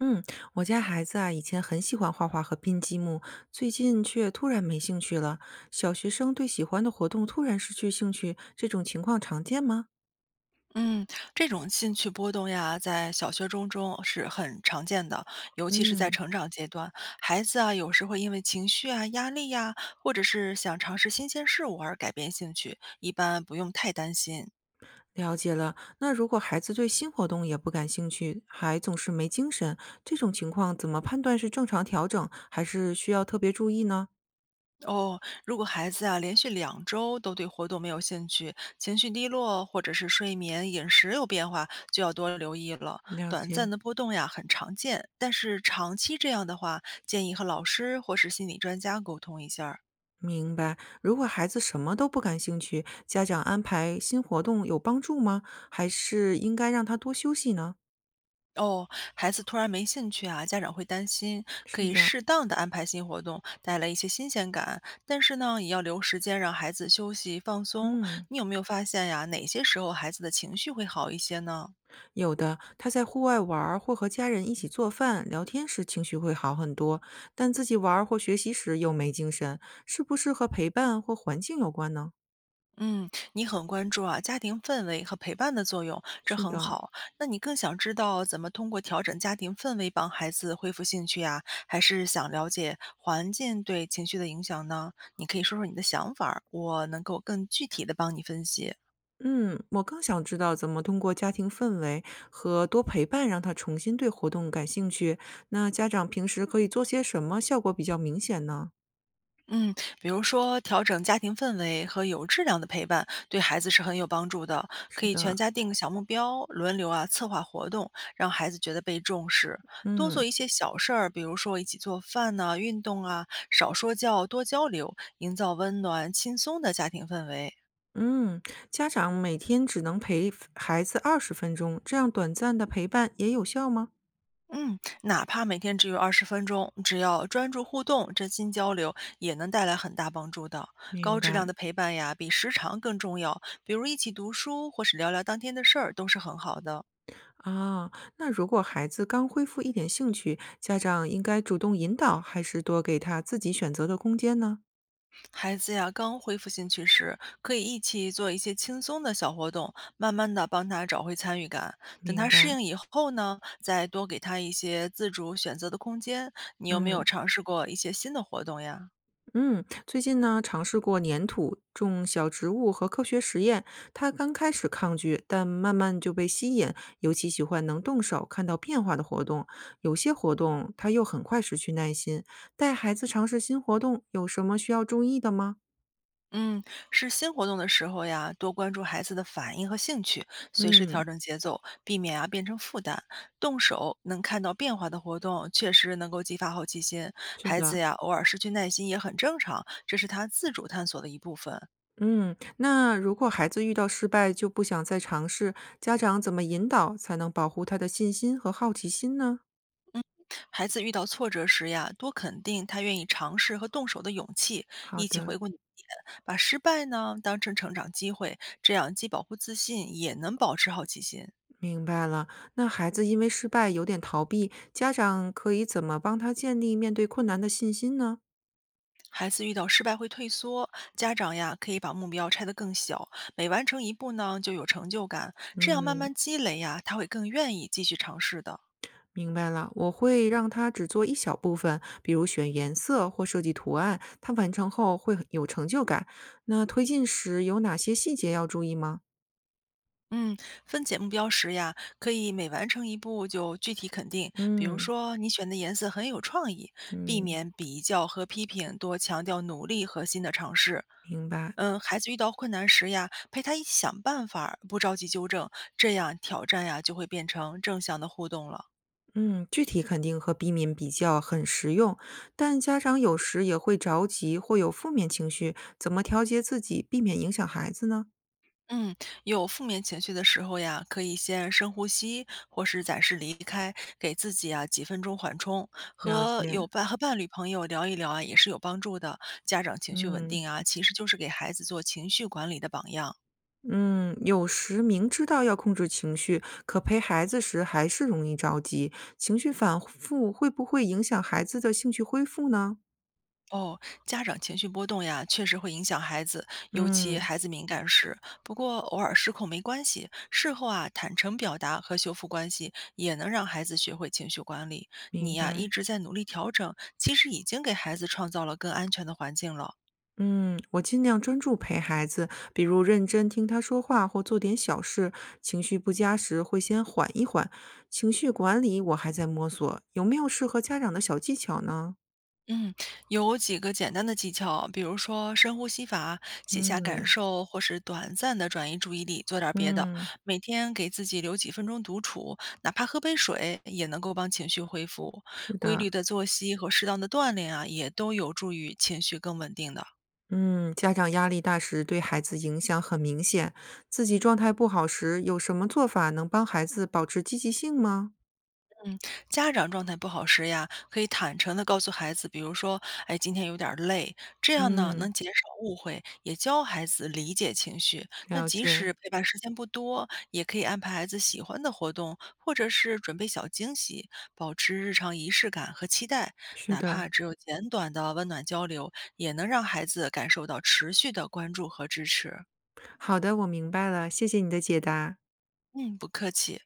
嗯，我家孩子啊，以前很喜欢画画和拼积木，最近却突然没兴趣了。小学生对喜欢的活动突然失去兴趣，这种情况常见吗？嗯，这种兴趣波动呀，在小学、中是很常见的，尤其是在嗯，成长阶段，孩子啊，有时会因为情绪啊、压力呀、或者是想尝试新鲜事物而改变兴趣，一般不用太担心。了解了。那如果孩子对新活动也不感兴趣，还总是没精神，这种情况怎么判断是正常调整，还是需要特别注意呢？哦，如果孩子啊连续两周都对活动没有兴趣，情绪低落，或者是睡眠、饮食有变化，就要多留意了。了短解，暂的波动呀很常见，但是长期这样的话，建议和老师或是心理专家沟通一下儿。明白。如果孩子什么都不感兴趣，家长安排新活动有帮助吗？还是应该让他多休息呢？哦，孩子突然没兴趣啊，家长会担心，可是以的，适当的安排新活动，带来一些新鲜感。但是呢，也要留时间让孩子休息放松。嗯。你有没有发现呀？哪些时候孩子的情绪会好一些呢？有的，他在户外玩儿或和家人一起做饭、聊天时情绪会好很多，但自己玩儿或学习时又没精神，是不是和陪伴或环境有关呢？嗯，你很关注啊家庭氛围和陪伴的作用，这是很的，好。那你更想知道怎么通过调整家庭氛围帮孩子恢复兴趣呀？还是想了解环境对情绪的影响呢？你可以说说你的想法儿，我能够更具体的帮你分析。嗯，我更想知道怎么通过家庭氛围和多陪伴让他重新对活动感兴趣。那家长平时可以做些什么，效果比较明显呢？嗯，比如说调整家庭氛围和有质量的陪伴，对孩子是很有帮助的。是可以的，全家定个小目标，轮流啊策划活动，让孩子觉得被重视。多嗯。做一些小事儿，比如说一起做饭呐、运动啊，少说教，多交流，营造温暖轻松的家庭氛围。嗯，家长每天只能陪孩子20分钟，这样短暂的陪伴也有效吗？嗯，哪怕每天只有20分钟，只要专注互动、真心交流，也能带来很大帮助的。高明质量白。的陪伴呀，比时长更重要。比如一起读书，或是聊聊当天的事儿，都是很好的。啊，那如果孩子刚恢复一点兴趣，家长应该主动引导，还是多给他自己选择的空间呢？孩子呀，刚恢复兴趣时，可以一起做一些轻松的小活动，慢慢的帮他找回参与感。等明他白，适应以后呢，再多给他一些自主选择的空间。你有没嗯有尝试过一些新的活动呀？嗯，最近呢，尝试过粘土、种小植物和科学实验，他刚开始抗拒，但慢慢就被吸引，尤其喜欢能动手、看到变化的活动。有些活动他又很快失去耐心。带孩子尝试新活动，有什么需要注意的吗？嗯，是新活动的时候呀，多关注孩子的反应和兴趣，随时调嗯，整节奏，避免啊变成负担。动手能看到变化的活动，确实能够激发好奇心。是孩子的。呀，偶尔失去耐心也很正常，这是他自主探索的一部分。嗯，那如果孩子遇到失败就不想再尝试，家长怎么引导才能保护他的信心和好奇心呢？嗯，孩子遇到挫折时呀，多肯定他愿意尝试和动手的勇气，好一起的，回顾你的点，把失败呢当成成长机会，这样既保护自信，也能保持好奇心。明白了。那孩子因为失败有点逃避，家长可以怎么帮他建立面对困难的信心呢？孩子遇到失败会退缩，家长呀可以把目标拆得更小，每完成一步呢就有成就感，这样慢嗯，慢积累呀，他会更愿意继续尝试的。明白了。我会让他只做一小部分，比如选颜色或设计图案，他完成后会很有成就感。那推进时有哪些细节要注意吗？嗯，分解目标时呀，可以每完成一步就具体肯定，比如嗯说你选的颜色很有创意，避嗯，免比较和批评，多强调努力和新的尝试。明白。嗯，孩子遇到困难时呀，陪他一起想办法，不着急纠正，这样挑战呀就会变成正向的互动了。嗯，具体肯定和避免比较很实用，但家长有时也会着急或有负面情绪，怎么调节自己，避免影响孩子呢？嗯，有负面情绪的时候呀，可以先深呼吸，或是暂时离开，给自己啊几分钟缓冲。了和解，有伴和伴侣朋友聊一聊啊，也是有帮助的。家长情绪稳嗯定啊，其实就是给孩子做情绪管理的榜样。嗯，有时明知道要控制情绪，可陪孩子时还是容易着急，情绪反复会不会影响孩子的兴趣恢复呢？哦，家长情绪波动呀，确实会影响孩子，尤其嗯，孩子敏感时。不过偶尔失控没关系，事后啊，坦诚表达和修复关系，也能让孩子学会情绪管理。明你呀，一白。直在努力调整，其实已经给孩子创造了更安全的环境了。嗯，我尽量专注陪孩子，比如认真听他说话或做点小事。情绪不佳时会先缓一缓。情绪管理我还在摸索，有没有适合家长的小技巧呢？嗯，有几个简单的技巧，比如说深呼吸法、写下感嗯受，或是短暂的转移注意力，做点儿别的。嗯，每天给自己留几分钟独处，哪怕喝杯水，也能够帮情绪恢复。是规的，律的作息和适当的锻炼啊，也都有助于情绪更稳定的。嗯，家长压力大时对孩子影响很明显，自己状态不好时有什么做法能帮孩子保持积极性吗？家长状态不好时呀，可以坦诚地告诉孩子，比如说，哎，今天有点儿累，这样呢嗯，能减少误会，也教孩子理解情绪。那了即解，使陪伴时间不多，也可以安排孩子喜欢的活动，或者是准备小惊喜，保持日常仪式感和期待。是哪的，怕只有简短的温暖交流，也能让孩子感受到持续的关注和支持。好的，我明白了，谢谢你的解答。嗯，不客气。